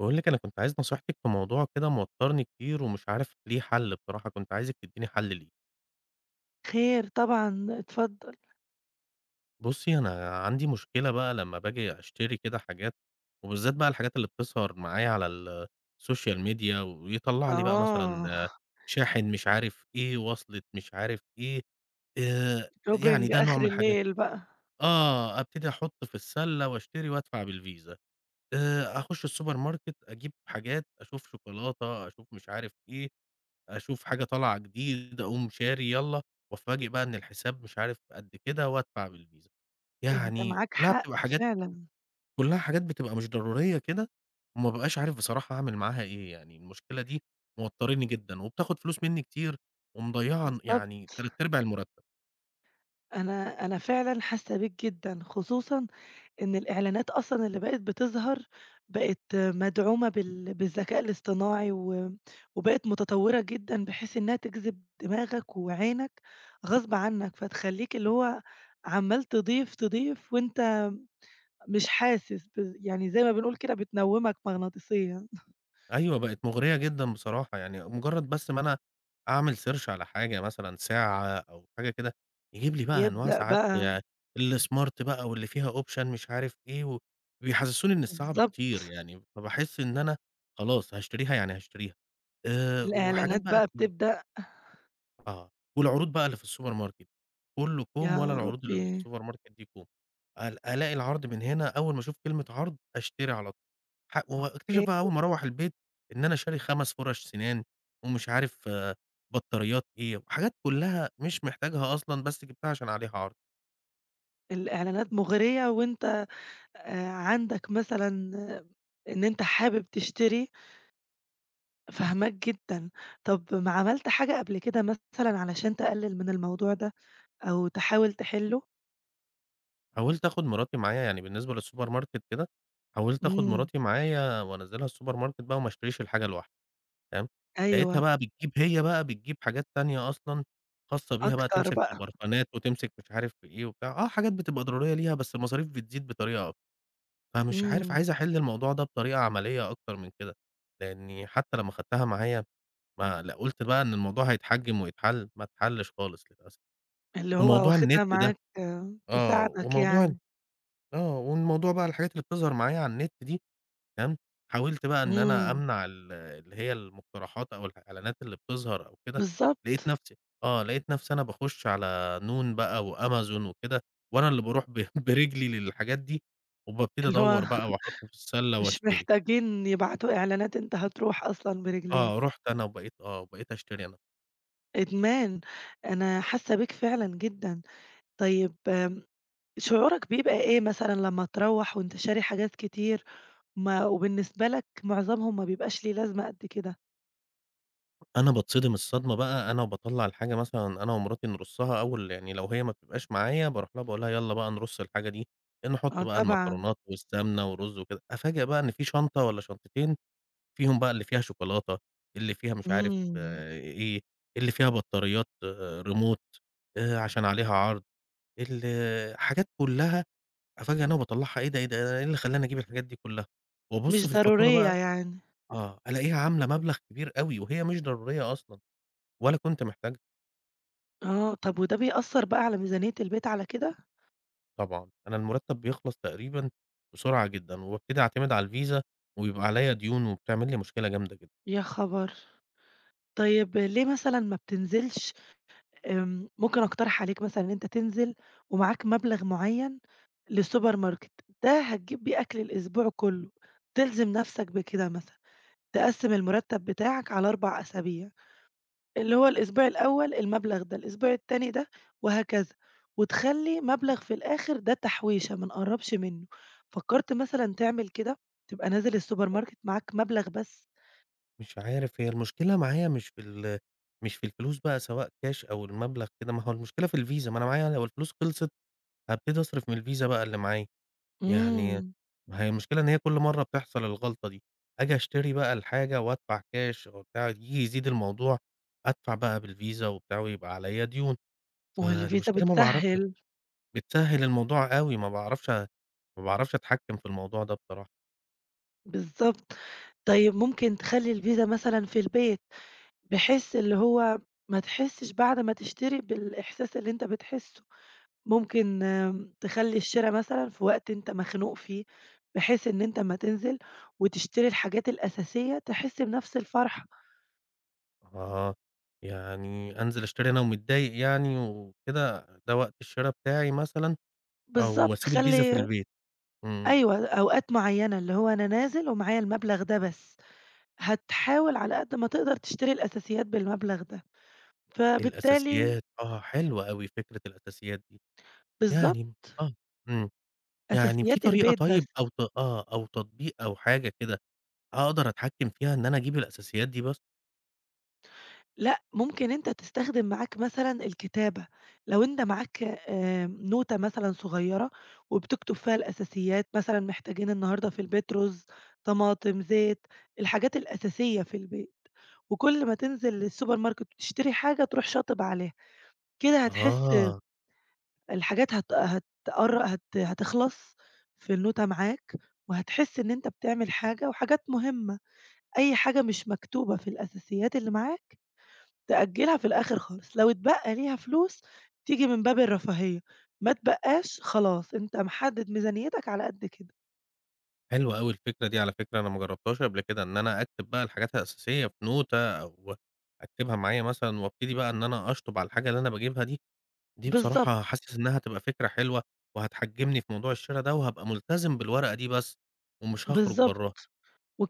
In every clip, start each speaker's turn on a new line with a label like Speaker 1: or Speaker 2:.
Speaker 1: باقول لِك أنا كنت عايز نصيحتِك في موضوع كده موتّرني كتير ومش عارف ليه حَل بصراحة، كنت عايزِك تدّيني حَل ليه.
Speaker 2: خير طبعًا، اتفضّل.
Speaker 1: بُصّي، أنا عندي مشكلة بقى لمّا باجي أشتري كده حاجات، وبالذات بقى الحاجات اللي بتظهر معايا على السوشيال ميديا ويطلّع لي بقى مثلًا
Speaker 2: آه،
Speaker 1: شاحن مش عارف إيه، وصلة مش عارف إيه.
Speaker 2: shopping
Speaker 1: يعني ده نوع
Speaker 2: آخر
Speaker 1: من الحاجات.
Speaker 2: الليل بقى.
Speaker 1: أبتدي أحُط في السَلّة وأشتري وأدفع بالفيزا، أخُش السوبر ماركت أجيب حاجات، أشوف شوكولاتة، أشوف مش عارف إيه، أشوف حاجة طالعة جديد، أقوم شاري يالّا، وأتفاجئ بقى إن الحساب مش عارف قد كده وأدفع بالفيزا.
Speaker 2: أنت
Speaker 1: يعني
Speaker 2: معاك
Speaker 1: كلّها
Speaker 2: حق
Speaker 1: بتبقى حاجات
Speaker 2: فعلًا،
Speaker 1: كلّها حاجات بتبقى مش ضرورية كده، وما بابقاش عارف بصراحة أعمل معاها إيه، يعني المشكلة دي موتّراني جدًا، وبتاخد فلوس منّي كتير، ومضيّعة
Speaker 2: بالضبط.
Speaker 1: يعني تلات أرباع المرتب.
Speaker 2: أنا فعلًا حاسة بيك جدًا، خصوصًا إن الإعلانات أصلًا اللي بقت بتظهر، بقت مدعومة بالذكاء الاصطناعي وبقت متطوّرة جدًا بحيث إنها تجذب دماغك وعينك غصب عنّك، فتخلّيك اللي هو عمّال تضيف، تضيف وأنت مش حاسس، يعني زي ما بنقول كده بتنوّمك مغناطيسيًا.
Speaker 1: أيوه، بقت مُغرية جدًا بصراحة، يعني مُجرّد بس ما أنا أعمل search على حاجة مثلًا ساعة أو حاجة كده، يجيب لي بقى أنواع
Speaker 2: يبدأ
Speaker 1: ساعات
Speaker 2: بقى.
Speaker 1: الsmart بقى واللي فيها option مش عارف إيه و بيحسّسوني إن الساعة
Speaker 2: بالضبط،
Speaker 1: بتطير يعني، فباحس إن أنا خلاص هاشتريها يعني هاشتريها. وحاجات
Speaker 2: الإعلانات
Speaker 1: بقى
Speaker 2: بقى
Speaker 1: كتير.
Speaker 2: بتبدأ.
Speaker 1: آه. والعروض بقى اللي في السوبر ماركت، كُلّه كُوم ولا
Speaker 2: يا
Speaker 1: العروض اللي في
Speaker 2: ربي!
Speaker 1: السوبر ماركت دي كُوم. ألاقي العرض من هنا، أول ما أشوف كلمة عرض أشتري على واكتشف
Speaker 2: كانت
Speaker 1: بقى أول ما أروّح البيت إن أنا شاري 5 فُرَش سِنان ومش عارف بطاريات إيه، وحاجات كلّها مش محتاجها أصلًا بس جِبتها عشان عليها عرض.
Speaker 2: الإعلانات مغرية وأنت عندك مثلًا إن أنت حابب تشتري، فاهماك جدًا. طب ما عملت حاجة قبل كده مثلًا علشان تقلل من الموضوع ده أو تحاول تحله؟
Speaker 1: حاولت آخُد مراتي معايا، يعني بالنسبة للسوبر ماركت كده، حاولت آخُد
Speaker 2: إمم.
Speaker 1: مراتي معايا وأنزّلها السوبر ماركت بقى وما اشتريش الحاجة لوحدي، فاهم، لقيتها
Speaker 2: أيوه.
Speaker 1: بقى بتجيب هي بقى بتجيب حاجات تانية أصلًا خاصة بيها بقى،
Speaker 2: أكتر
Speaker 1: تمسك في
Speaker 2: بقى.
Speaker 1: البرفانات وتمسك مش عارف في إيه وبتاع، آه، حاجات بتبقى ضرورية ليها بس المصاريف بتزيد بطريقة أكتر. فمش عارف
Speaker 2: إمم.
Speaker 1: عايز أحل الموضوع ده بطريقة عملية أكتر من كده، لإني حتى لمّا خدتها معايا ما لأ قُلت بقى إن الموضوع هيتحجم ويتحل، ما اتحلش خالص للأسف،
Speaker 2: اللي هو
Speaker 1: وموضوع
Speaker 2: واخدها
Speaker 1: النت ده
Speaker 2: معاك،
Speaker 1: آه،
Speaker 2: تساعدك
Speaker 1: وموضوع ال
Speaker 2: يعني.
Speaker 1: والموضوع بقى الحاجات اللي بتظهر معايا على النت دي تمام. حاولت بقى إن أنا
Speaker 2: إمم.
Speaker 1: أمنع اللي هي المقترحات أو الإعلانات اللي بتظهر أو كده، لقيت
Speaker 2: بالضبط،
Speaker 1: نفسي لقيت نفسي أنا باخش على نون بقى وأمازون وكده، وأنا اللي باروح ب برجلي للحاجات دي، وبابتدي
Speaker 2: اللي هو
Speaker 1: أدوّر بقى وأحط في السلة
Speaker 2: مش
Speaker 1: وأشتري.
Speaker 2: محتاجين يبعتوا إعلانات أنت هتروح أصلًا برجليك.
Speaker 1: آه، رُحت أنا وبقيت أشتري أنا.
Speaker 2: إدمان. أنا حاسة بيك فعلًا جدًا. طيب، شعورك بيبقى إيه مثلًا لمّا تروّح وأنت شاري حاجات كتير ما وبالنسبة لك معظمهم ما بيبقاش ليه لازمة قد كده؟
Speaker 1: أنا باتصدم الصدمة بقى، أنا باطلّع الحاجة مثلًا أنا ومراتي نرصّها أول يعني لو هي ما بتبقاش معايا باروح لها باقول لها يالّا بقى نرُص الحاجة دي، نحُط
Speaker 2: آه
Speaker 1: بقى
Speaker 2: طبعًا.
Speaker 1: المكرونات والسمنة ورُز وكده، أفاجأ بقى إن في شنطة والّا شنطتين فيهم بقى اللي فيها شوكولاتة، اللي فيها مش عارف
Speaker 2: إمم.
Speaker 1: إيه، اللي فيها بطاريات ريموت، عشان عليها عرض، ال حاجات كلّها. أفاجأ أنا وباطلّعها إيه ده، إيه ده، إيه اللي خلّاني أجيب الحاجات دي كلّها؟ وأبُص
Speaker 2: مش
Speaker 1: في الفاتورة
Speaker 2: ضرورية
Speaker 1: بقى
Speaker 2: يعني.
Speaker 1: آه، ألاقيها عاملة مبلغ كبير أوي، وهي مش ضرورية أصلًا، ولا كنت محتاجها.
Speaker 2: آه، طب وده بيأثّر بقى على ميزانية البيت على كده؟
Speaker 1: طبعًا، أنا المرتب بيخلص تقريبًا بسرعة جدًا، وبابتدي أعتمد على الفيزا، وبيبقى عليَّ ديون، وبتعمل لي مشكلة جامدة جدًا.
Speaker 2: يا خبر! طيب ليه مثلًا ما بتنزلش، ممكن أقترح عليك مثلًا إن أنت تنزل ومعاك مبلغ معيّن للسوبر ماركت، ده هتجيب بيه أكل الأسبوع كله، تلزم نفسك بكده مثلًا، تقسّم المرتب بتاعك على 4 أسابيع، اللي هو الأسبوع الأول المبلغ ده، الأسبوع التاني ده، وهكذا، وتخلّي مبلغ في الآخر ده تحويشة ما نقرّبش منه. فكّرت مثلًا تعمل كده؟ تبقى نازل السوبر
Speaker 1: آه.
Speaker 2: ماركت معاك مبلغ بس؟
Speaker 1: مش عارف هي المشكلة معايا مش في الفلوس بقى سواء كاش أو المبلغ كده، ما هو المشكلة في الفيزا، ما أنا معايا لو الفلوس خلصت هابتدي أصرف من الفيزا بقى اللي معايا. يعني
Speaker 2: إمم.
Speaker 1: ما هي المشكلة إن هي كل مرّة بتحصل الغلطة دي، آجي أشتري بقى الحاجة وأدفع كاش وبتاع، ييجي يزيد الموضوع، أدفع بقى بالفيزا وبتاع ويبقى عليّا ديون،
Speaker 2: ما هو الفيزا
Speaker 1: فالمشكلة ما باعرفش
Speaker 2: بتسهّل.
Speaker 1: بتسهّل الموضوع أوي، ما باعرفش أتحكّم في الموضوع ده بصراحة.
Speaker 2: بالضبط. طيب ممكن تخلّي الفيزا مثلًا في البيت. بحيث اللي هو ما تحسّش بعد ما تشتري بالإحساس اللي أنت بتحسّه، ممكن تخلّي الشِرا مثلًا في وقت أنت مخنوق فيه، بحيث إن أنت أمّا تنزل وتشتري الحاجات الأساسية تحس بنفس الفرحة.
Speaker 1: آه، يعني أنزل أشتري أنا ومتضايق يعني وكده، ده وقت الشِرا بتاعي مثلًا أو
Speaker 2: بالضبط،
Speaker 1: أسيب الفيزا في
Speaker 2: خلّي.
Speaker 1: البيت، إمم،
Speaker 2: أيوه، أوقات معيّنة اللي هو أنا نازل ومعايا المبلغ ده بس، هتحاول على قد ما تقدر تشتري الأساسيات بالمبلغ ده، فبالتالي
Speaker 1: الأساسيات آه، حلوة أوي فكرة الأساسيات دي،
Speaker 2: بالضبط،
Speaker 1: يعني آه، إمم. يعني في
Speaker 2: أساسيات
Speaker 1: طريقة
Speaker 2: البيت بس.
Speaker 1: طيب أو ت آه، أو تطبيق أو حاجة كده أقدر أتحكّم فيها إن أنا أجيب الأساسيات دي بس؟
Speaker 2: لأ، ممكن أنت تستخدم معاك مثلًا الكتابة، لو أنت معاك نوتة مثلًا صغيّرة وبتكتب فيها الأساسيات، مثلًا محتاجين النهارده في البيت رز، طماطم، زيت، الحاجات الأساسية في البيت، وكل ما تنزل السوبر ماركت وتشتري حاجة تروح شاطب عليها، كده هتحس
Speaker 1: آه،
Speaker 2: الحاجات هت هتقر هت هتخلص في النوتة معاك، وهتحس إن أنت بتعمل حاجة وحاجات مهمة، أي حاجة مش مكتوبة في الأساسيات اللي معاك تأجّلها في الآخر خالص، لو اتبقى ليها فلوس تيجي من باب الرفاهية، ما اتبقاش خلاص أنت محدد ميزانيتك على قد كده.
Speaker 1: حلوة أوي الفكرة دي على فكرة، أنا ما جرّبتهاش قبل كده، إن أنا أكتب بقى الحاجات الأساسية في نوتة أو أكتبها معايا مثلًا وأبتدي بقى إن أنا أشطُب على الحاجة اللي أنا باجيبها دي، دي
Speaker 2: بالضبط.
Speaker 1: بصراحة حاسس إنها هتبقى فكرة حلوة وهتحجّمني في موضوع الشِرا ده وهابقى ملتزم بالورقة دي بس ومش هاخرج
Speaker 2: بالضبط،
Speaker 1: براها،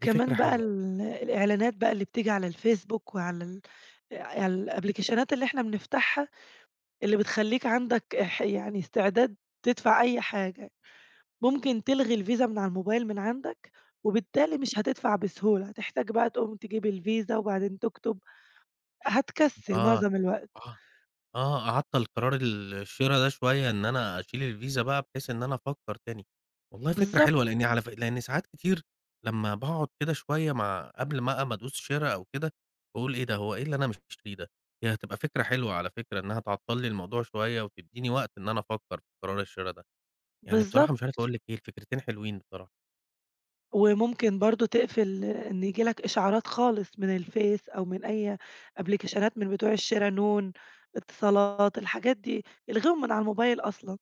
Speaker 1: دي فكرة
Speaker 2: بقى
Speaker 1: حلوة يعني.
Speaker 2: الإعلانات بقى اللي بتيجي على الفيسبوك وعلى ال على الأبليكيشنات اللي إحنا بنفتحها، اللي بتخلّيك عندك يعني استعداد تدفع أي حاجة، ممكن تلغي الفيزا من على الموبايل من عندك، وبالتالي مش هتدفع بسهولة، هتحتاج بقى تقوم تجيب الفيزا وبعدين تكتب، هتكسّل
Speaker 1: آه،
Speaker 2: معظم الوقت.
Speaker 1: آه. آه، أعطّل قرار الشِرا ده شوية إن أنا أشيل الفيزا بقى بحيث إن أنا أفكّر تاني. والله فكرة
Speaker 2: بالضبط.
Speaker 1: حلوة، لإني على ف لإن ساعات كتير لمّا باقعُد كده شوية مع قبل ما أدوس شِرا أو كده، باقول إيه ده، هو إيه اللي أنا مش مشتريه ده؟ هي هتبقى فكرة حلوة على فكرة إنّها تعطّل لي الموضوع شوية وتدّيني وقت إن أنا أفكّر في قرار الشِرا ده. يعني بصراحة
Speaker 2: بالضبط،
Speaker 1: مش عارف أقول لِك إيه، الفكرتين حلوين بصراحة.
Speaker 2: وممكن برضه تقفل إن ييجي لك إشعارات خالص من الفيس أو من أي أبليكيشنات من بتوع الشرا نون، اتصالات، الحاجات دي، الغيهم من على الموبايل أصلًا،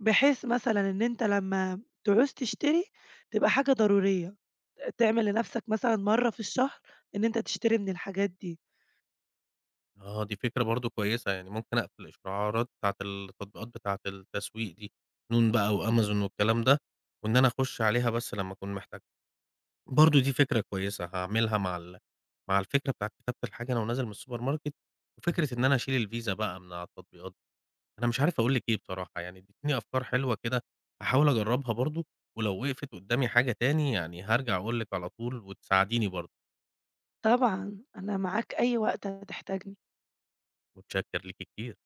Speaker 2: بحيث مثلًا إن أنت لمّا تعوز تشتري تبقى حاجة ضرورية، تعمل لنفسك مثلًا مرة في الشهر إن أنت تشتري من الحاجات دي.
Speaker 1: آه، دي فكرة برضه كويسة، يعني ممكن أقفل الإشعارات بتاعة التطبيقات بتاعة التسويق دي، نون بقى وأمازون والكلام ده، وإن أنا أخش عليها بس لمّا أكون محتاجها، برضه دي فكرة كويسة هاعملها مع الفكرة بتاعة كتابة الحاجة أنا وانزل من السوبر ماركت، وفكرة إن أنا أشيل الفيزا بقى من على التطبيقات، أنا مش عارف أقول لِك إيه بصراحة، يعني اديتيني أفكار حلوة كده هاحاول أجربها برضه، ولو وقفت قدامي حاجة تاني يعني هارجع أقول لِك على طول وتساعديني برضه،
Speaker 2: طبعًا، أنا معاك أي وقت هتحتاجني.
Speaker 1: متشكر ليكِ كتير.